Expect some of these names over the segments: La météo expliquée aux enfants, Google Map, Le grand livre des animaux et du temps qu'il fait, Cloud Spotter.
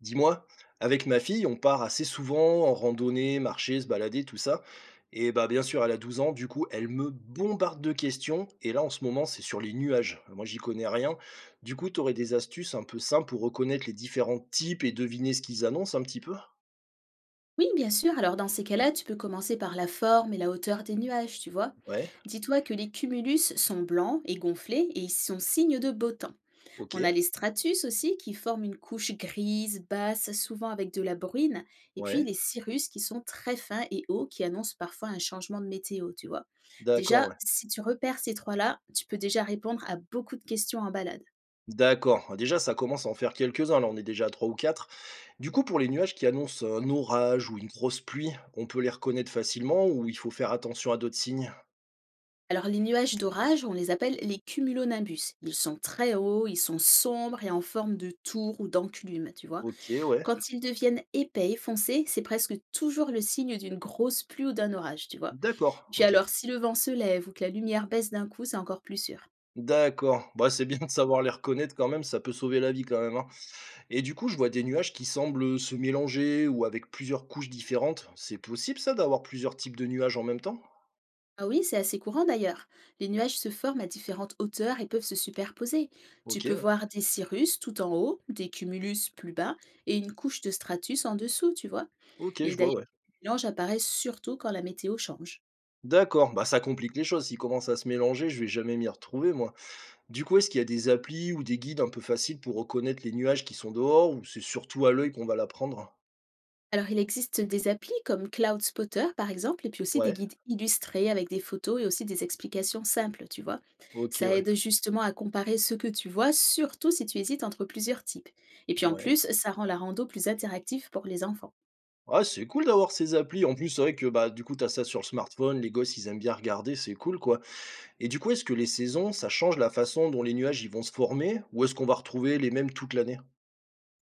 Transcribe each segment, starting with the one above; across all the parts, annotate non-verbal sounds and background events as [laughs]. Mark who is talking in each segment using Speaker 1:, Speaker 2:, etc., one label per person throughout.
Speaker 1: Dis-moi, avec ma fille, on part assez souvent en randonnée, marcher, se balader, tout ça. Et bah bien sûr, elle a 12 ans, du coup, elle me bombarde de questions. Et là, en ce moment, c'est sur les nuages. Moi, j'y connais rien. Du coup, tu aurais des astuces un peu simples pour reconnaître les différents types et deviner ce qu'ils annoncent un petit peu?
Speaker 2: Oui, bien sûr. Alors dans ces cas-là, tu peux commencer par la forme et la hauteur des nuages, tu vois.
Speaker 1: Ouais,
Speaker 2: Dis-toi que les cumulus sont blancs et gonflés et ils sont signes de beau temps.
Speaker 1: ok,
Speaker 2: On a les stratus aussi qui forment une couche grise, basse, souvent avec de la bruine, et puis
Speaker 1: ouais,
Speaker 2: les cirrus qui sont très fins et hauts qui annoncent parfois un changement de météo, tu vois.
Speaker 1: d'accord,
Speaker 2: Déjà,
Speaker 1: ouais.
Speaker 2: si tu repères ces trois-là, tu peux déjà répondre à beaucoup de questions en balade.
Speaker 1: D'accord. Déjà, ça commence à en faire quelques-uns. Là, on est déjà à 3 ou 4. Du coup, pour les nuages qui annoncent un orage ou une grosse pluie, on peut les reconnaître facilement ou il faut faire attention à d'autres signes?
Speaker 2: Alors les nuages d'orage, on les appelle les cumulonimbus. Ils sont très hauts, ils sont sombres et en forme de tour ou d'enclume, tu vois.
Speaker 1: Ok, ouais.
Speaker 2: Quand ils deviennent épais et foncés, c'est presque toujours le signe d'une grosse pluie ou d'un orage, tu vois.
Speaker 1: D'accord,
Speaker 2: Puis
Speaker 1: OK.
Speaker 2: alors, si le vent se lève ou que la lumière baisse d'un coup, c'est encore plus sûr.
Speaker 1: D'accord. Bah, c'est bien de savoir les reconnaître quand même, ça peut sauver la vie quand même, hein. Et du coup, je vois des nuages qui semblent, se mélanger ou avec plusieurs couches différentes. C'est possible ça d'avoir plusieurs types de nuages en même temps?
Speaker 2: Ah oui, c'est assez courant d'ailleurs. Les nuages se forment à différentes hauteurs et peuvent se superposer. Tu
Speaker 1: OK,
Speaker 2: peux
Speaker 1: ouais.
Speaker 2: voir des cirrus tout en haut, des cumulus plus bas et une couche de stratus en dessous, tu vois.
Speaker 1: OK, je
Speaker 2: Et d'ailleurs,
Speaker 1: vois, ouais.
Speaker 2: les mélanges apparaissent surtout quand la météo change.
Speaker 1: D'accord, bah, ça complique les choses. S'ils commencent à se mélanger, je vais jamais m'y retrouver moi. Du coup, est-ce qu'il y a des applis ou des guides un peu faciles pour reconnaître les nuages qui sont dehors ou c'est surtout à l'œil qu'on va l'apprendre?
Speaker 2: Alors, il existe des applis comme Cloud Spotter, par exemple, et puis aussi des
Speaker 1: Ouais.
Speaker 2: guides illustrés avec des photos et aussi des explications simples, tu vois.
Speaker 1: OK,
Speaker 2: Ça
Speaker 1: ouais.
Speaker 2: aide justement à comparer ce que tu vois, surtout si tu hésites entre plusieurs types. Et puis en
Speaker 1: Ouais.
Speaker 2: plus, ça rend la rando plus interactive pour les enfants.
Speaker 1: Ouais, c'est cool d'avoir ces applis. En plus, c'est vrai que bah, du coup, tu as ça sur le smartphone, les gosses, ils aiment bien regarder, c'est cool quoi. Et du coup, est-ce que les saisons, ça change la façon dont les nuages ils vont se former ou est-ce qu'on va retrouver les mêmes toute l'année?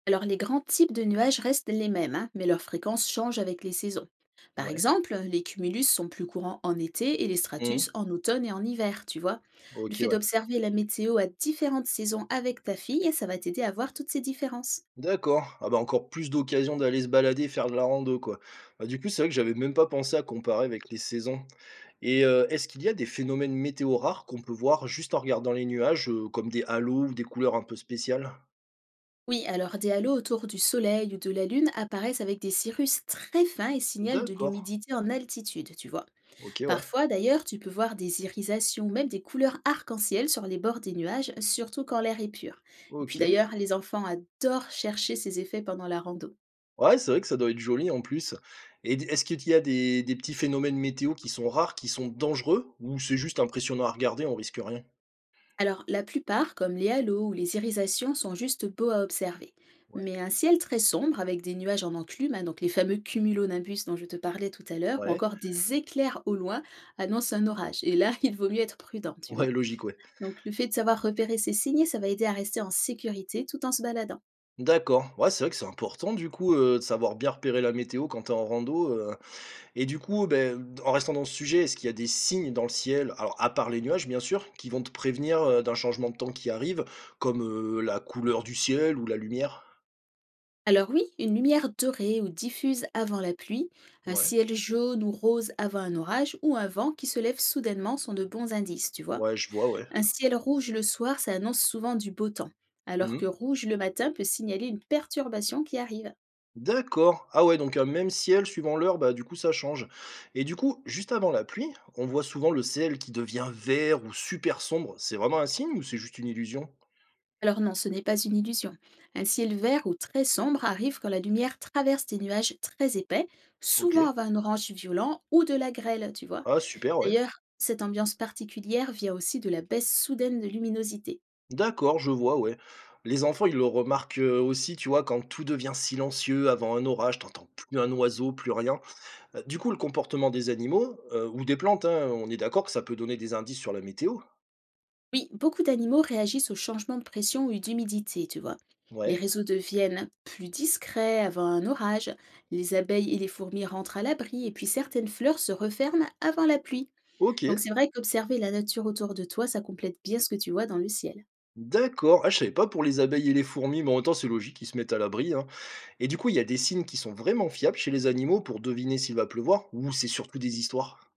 Speaker 2: Alors, les grands types de nuages restent les mêmes, hein, mais leur fréquence change avec les saisons. Par
Speaker 1: Ouais.
Speaker 2: exemple, les cumulus sont plus courants en été et les stratus
Speaker 1: Mhm.
Speaker 2: en automne et en hiver, tu vois. Le
Speaker 1: Ok,
Speaker 2: fait
Speaker 1: ouais.
Speaker 2: d'observer la météo à différentes saisons avec ta fille, ça va t'aider à voir toutes ces différences.
Speaker 1: D'accord. Ah bah encore plus d'occasions d'aller se balader, faire de la rando quoi. Bah, du coup, c'est vrai que j'avais même pas pensé à comparer avec les saisons. Et est-ce qu'il y a des phénomènes météo rares qu'on peut voir juste en regardant les nuages, comme des halos ou des couleurs un peu spéciales?
Speaker 2: Oui, alors des halos autour du soleil ou de la lune apparaissent avec des cirrus très fins et signalent de
Speaker 1: D'accord.
Speaker 2: l'humidité en altitude, tu vois.
Speaker 1: Ok, ouais.
Speaker 2: Parfois, d'ailleurs, tu peux voir des irisations, même des couleurs arc-en-ciel sur les bords des nuages, surtout quand l'air est pur. Et puis
Speaker 1: Ok.
Speaker 2: d'ailleurs, les enfants adorent chercher ces effets pendant la rando.
Speaker 1: Ouais, c'est vrai que ça doit être joli en plus et d est-ce qu'il y a des petits phénomènes météo qui sont rares, qui sont dangereux ou c'est juste impressionnant à regarder, on risque rien?
Speaker 2: Alors, la plupart, comme les halos ou les irisations, sont juste beaux à observer.
Speaker 1: Ouais,
Speaker 2: Mais un ciel très sombre avec des nuages en enclume, hein, donc les fameux cumulonimbus dont je te parlais tout à l'heure, ou
Speaker 1: ouais,
Speaker 2: encore des éclairs au loin, annoncent un orage. Et là, [laughs] il vaut mieux être prudent, tu
Speaker 1: ouais,
Speaker 2: vois.
Speaker 1: logique, ouais.
Speaker 2: Donc, le fait de savoir repérer ces signes, ça va aider à rester en sécurité tout en se baladant.
Speaker 1: D'accord, ouais, c'est vrai que c'est important du coup, de savoir bien repérer la météo quand t'es en rando, et du coup, ben, en restant dans ce sujet, est-ce qu'il y a des signes dans le ciel, alors à part les nuages bien sûr, qui vont te prévenir, d'un changement de temps qui arrive, comme, la couleur du ciel ou la lumière?
Speaker 2: Alors oui, une lumière dorée ou diffuse avant la pluie, un
Speaker 1: Ouais,
Speaker 2: ciel jaune ou rose avant un orage ou un vent qui se lève soudainement sont de bons indices, tu vois.
Speaker 1: ouais, je vois, ouais.
Speaker 2: Un ciel rouge le soir, ça annonce souvent du beau temps, alors que
Speaker 1: Mmh.
Speaker 2: rouge le matin peut signaler une perturbation qui arrive.
Speaker 1: D'accord. Ah ouais, donc un même ciel suivant l'heure, bah du coup ça change. Et du coup, juste avant la pluie, on voit souvent le ciel qui devient vert ou super sombre. C'est vraiment un signe ou c'est juste une illusion?
Speaker 2: Alors non, ce n'est pas une illusion. Un ciel vert ou très sombre arrive quand la lumière traverse des nuages très épais,
Speaker 1: Ok.
Speaker 2: souvent avant un orange violent ou de la grêle, tu vois.
Speaker 1: Ah super, ouais.
Speaker 2: D'ailleurs, cette ambiance particulière vient aussi de la baisse soudaine de luminosité.
Speaker 1: D'accord, je vois, ouais. Les enfants, ils le remarquent aussi, tu vois, quand tout devient silencieux avant un orage, t'entends plus un oiseau, plus rien. Du coup, le comportement des animaux ou des plantes, hein, on est d'accord que ça peut donner des indices sur la météo.
Speaker 2: Oui, beaucoup d'animaux réagissent aux changements de pression ou d'humidité, tu vois. Les
Speaker 1: Ouais.
Speaker 2: réseaux deviennent plus discrets avant un orage, les abeilles et les fourmis rentrent à l'abri, et puis certaines fleurs se referment avant la pluie.
Speaker 1: Ok,
Speaker 2: Donc c'est vrai qu'observer la nature autour de toi, ça complète bien ce que tu vois dans le ciel.
Speaker 1: d'accord. Ah, je savais pas pour les abeilles et les fourmis, mais en même temps, c'est logique, ils se mettent à l'abri, hein. Et du coup, il y a des signes qui sont vraiment fiables chez les animaux pour deviner s'il va pleuvoir ou c'est surtout des histoires?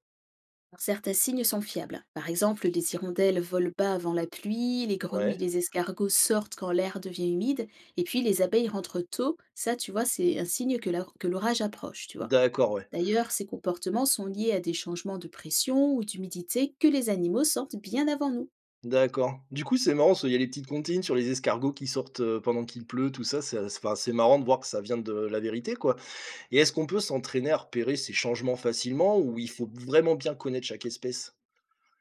Speaker 2: Certains signes sont fiables. Par exemple, les hirondelles volent bas avant la pluie, les grenouilles et
Speaker 1: Ouais,
Speaker 2: les escargots sortent quand l'air devient humide, et puis les abeilles rentrent tôt. Ça, tu vois, c'est un signe que l'orage approche, tu vois.
Speaker 1: d'accord, ouais,
Speaker 2: D'ailleurs, ces comportements sont liés à des changements de pression ou d'humidité que les animaux sentent bien avant nous.
Speaker 1: d'accord. Du coup, c'est marrant, ce il y a les petites comptines sur les escargots qui sortent, pendant qu'il pleut, tout ça, c'est enfin, c'est marrant de voir que ça vient de la vérité, quoi et est-ce qu'on peut s'entraîner à repérer ces changements facilement ou il faut vraiment bien connaître chaque espèce?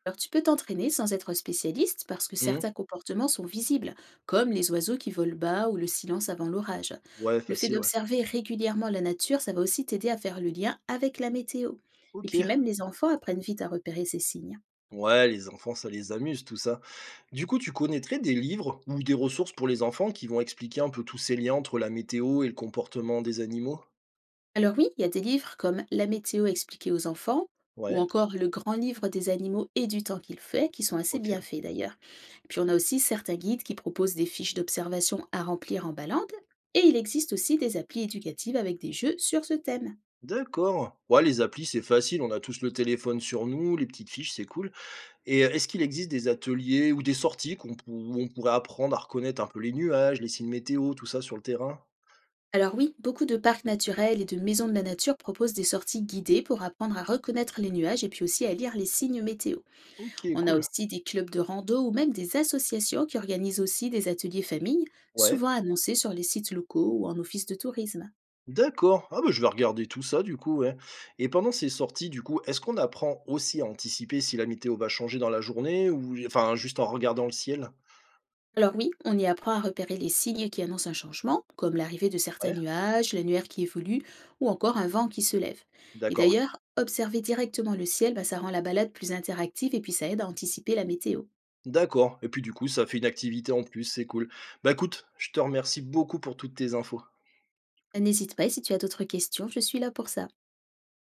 Speaker 2: Alors tu peux t'entraîner sans être spécialiste parce que
Speaker 1: Mmh.
Speaker 2: certains comportements sont visibles, comme les oiseaux qui volent bas ou le silence avant l'orage.
Speaker 1: Ouais,
Speaker 2: Le fait
Speaker 1: facile, ouais.
Speaker 2: d'observer régulièrement la nature, ça va aussi t'aider à faire le lien avec la météo. Et
Speaker 1: OK.
Speaker 2: puis même les enfants apprennent vite à repérer ces signes.
Speaker 1: Ouais, les enfants, ça les amuse, tout ça. Du coup, tu connaîtrais des livres ou des ressources pour les enfants qui vont expliquer un peu tous ces liens entre la météo et le comportement des animaux?
Speaker 2: Alors oui, il y a des livres comme La météo expliquée aux enfants ou
Speaker 1: Ouais,
Speaker 2: encore Le grand livre des animaux et du temps qu'il fait, qui sont assez
Speaker 1: ok.
Speaker 2: bien faits d'ailleurs. Puis on a aussi certains guides qui proposent des fiches d'observation à remplir en balade, et il existe aussi des applis éducatives avec des jeux sur ce thème.
Speaker 1: D'accord. Ouais, les applis, c'est facile, on a tous le téléphone sur nous, les petites fiches, c'est cool. Et est-ce qu'il existe des ateliers ou des sorties où on pourrait apprendre à reconnaître un peu les nuages, les signes météo, tout ça sur le terrain?
Speaker 2: Alors oui, beaucoup de parcs naturels et de maisons de la nature proposent des sorties guidées pour apprendre à reconnaître les nuages et puis aussi à lire les signes météo.
Speaker 1: Ok,
Speaker 2: On a
Speaker 1: cool.
Speaker 2: aussi des clubs de rando ou même des associations qui organisent aussi des ateliers famille,
Speaker 1: Ouais.
Speaker 2: souvent annoncés sur les sites locaux ou en office de tourisme.
Speaker 1: D'accord. Ah bah, je vais regarder tout ça du coup, ouais. Et pendant ces sorties, du coup, est-ce qu'on apprend aussi à anticiper si la météo va changer dans la journée ou enfin juste en regardant le ciel?
Speaker 2: Alors oui, on y apprend à repérer les signes qui annoncent un changement, comme l'arrivée de certains
Speaker 1: Ouais,
Speaker 2: nuages, l'annuaire qui évolue ou encore un vent qui se lève. Et
Speaker 1: d'accord.
Speaker 2: d'ailleurs, observer directement le ciel, bah, ça rend la balade plus interactive et puis ça aide à anticiper la météo.
Speaker 1: D'accord. Et puis du coup, ça fait une activité en plus, c'est cool. Bah écoute, je te remercie beaucoup pour toutes tes infos.
Speaker 2: N'hésite pas, si tu as d'autres questions, je suis là pour ça.